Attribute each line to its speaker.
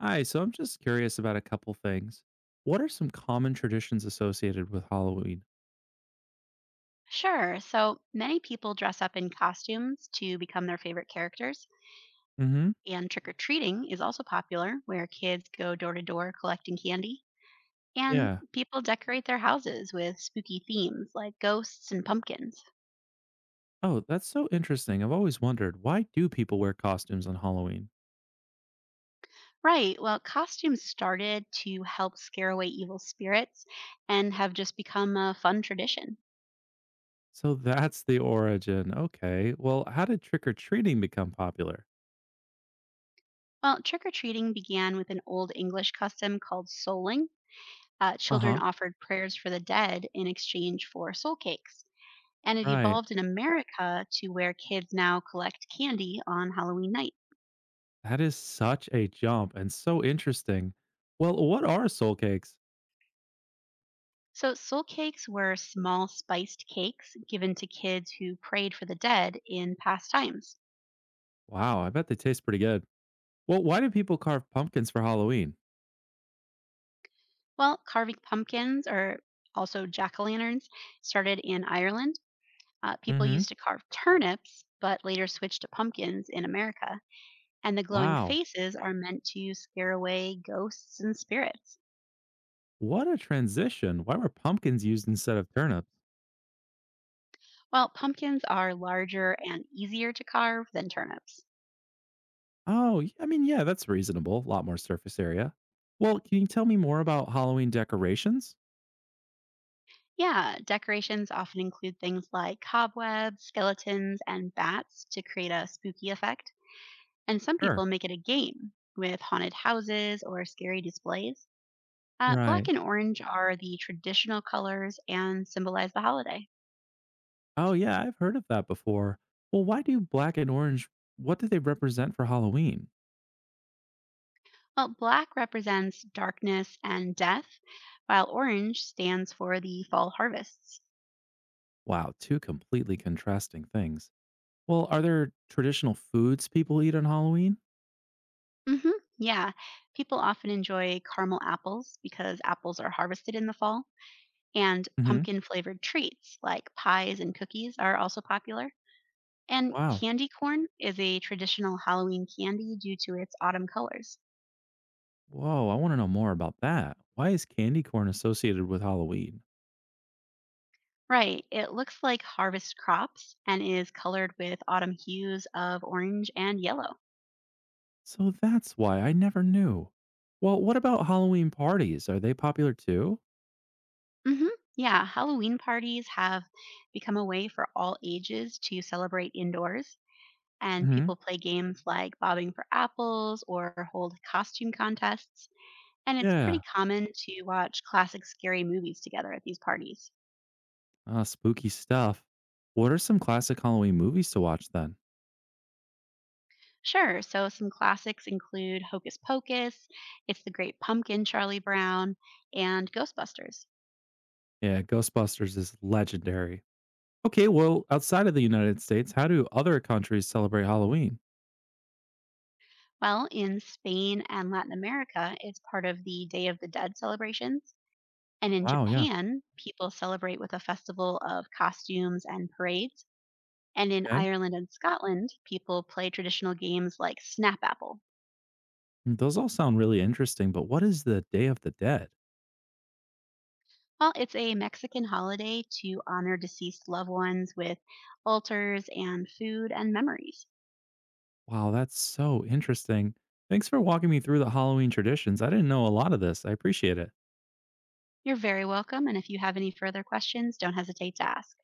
Speaker 1: Hi, so I'm just curious about a couple things. What are some common traditions associated with Halloween?
Speaker 2: Sure. So many people dress up in costumes to become their favorite characters,
Speaker 1: Hmm.
Speaker 2: and trick or treating is also popular, where kids go door to door collecting candy. And
Speaker 1: Yeah.
Speaker 2: people decorate their houses with spooky themes like ghosts and pumpkins.
Speaker 1: Oh, that's so interesting. I've always wondered, why do people wear costumes on Halloween?
Speaker 2: Right. Well, costumes started to help scare away evil spirits and have just become a fun tradition.
Speaker 1: So that's the origin. Okay. Well, how did trick or treating become popular?
Speaker 2: Well, trick or treating began with an old English custom called souling.
Speaker 1: Uh
Speaker 2: Children
Speaker 1: huh.
Speaker 2: offered prayers for the dead in exchange for soul cakes. And it
Speaker 1: Right.
Speaker 2: evolved in America to where kids now collect candy on Halloween night.
Speaker 1: That is such a jump and so interesting. Well, what are soul cakes?
Speaker 2: So, soul cakes were small spiced cakes given to kids who prayed for the dead in past times.
Speaker 1: Wow, I bet they taste pretty good. Well, why do people carve pumpkins for Halloween?
Speaker 2: Well, carving pumpkins or also jack o' lanterns started in Ireland.
Speaker 1: Mm
Speaker 2: People
Speaker 1: hmm.
Speaker 2: used to carve turnips, but later switched to pumpkins in America. And the glowing
Speaker 1: Wow.
Speaker 2: faces are meant to scare away ghosts and spirits.
Speaker 1: What a transition. Why were pumpkins used instead of turnips?
Speaker 2: Well, pumpkins are larger and easier to carve than turnips.
Speaker 1: Oh, I mean, yeah, that's reasonable. A lot more surface area. Well, can you tell me more about Halloween decorations?
Speaker 2: Yeah, decorations often include things like cobwebs, skeletons, and bats to create a spooky effect. And some
Speaker 1: Sure.
Speaker 2: people make it a game with haunted houses or scary displays. Black
Speaker 1: Right.
Speaker 2: and orange are the traditional colors and symbolize the holiday.
Speaker 1: Oh, yeah, I've heard of that before. Well, why do black and orange, what do they represent for Halloween?
Speaker 2: Well, black represents darkness and death, while orange stands for the fall harvests.
Speaker 1: Wow, two completely contrasting things. Well, are there traditional foods people eat on Halloween?
Speaker 2: hmm yeah, people often enjoy caramel apples because apples are harvested in the fall. And
Speaker 1: Hmm.
Speaker 2: pumpkin flavored treats like pies and cookies are also popular. And
Speaker 1: Wow.
Speaker 2: candy corn is a traditional Halloween candy due to its autumn colors.
Speaker 1: Whoa, I want to know more about that. Why is candy corn associated with Halloween?
Speaker 2: Right, it looks like harvest crops and is colored with autumn hues of orange and yellow.
Speaker 1: So that's why I never knew. Well, what about Halloween parties? Are they popular too?
Speaker 2: Mhm. Yeah, Halloween parties have become a way for all ages to celebrate indoors, and
Speaker 1: Hmm.
Speaker 2: people play games like bobbing for apples or hold costume contests, and it's pretty
Speaker 1: Yeah.
Speaker 2: common to watch classic scary movies together at these parties.
Speaker 1: Ah, spooky stuff. What are some classic Halloween movies to watch then?
Speaker 2: Sure, so some classics include Hocus Pocus, It's the Great Pumpkin, Charlie Brown, and Ghostbusters.
Speaker 1: Yeah, Ghostbusters is legendary. Okay, well, outside of the United States, how do other countries celebrate Halloween?
Speaker 2: Well, in Spain and Latin America, it's part of the Day of the Dead celebrations. And in
Speaker 1: Wow, yeah.
Speaker 2: Japan, people celebrate with a festival of costumes and parades. And in
Speaker 1: Okay.
Speaker 2: Ireland and Scotland, people play traditional games like Snap Apple.
Speaker 1: Mm, those all sound really interesting, but what is the Day of the Dead?
Speaker 2: Well, it's a Mexican holiday to honor deceased loved ones with altars and food and memories.
Speaker 1: Wow, that's so interesting. Thanks for walking me through the Halloween traditions. I didn't know a lot of this. I appreciate it.
Speaker 2: You're very welcome. And if you have any further questions, don't hesitate to ask.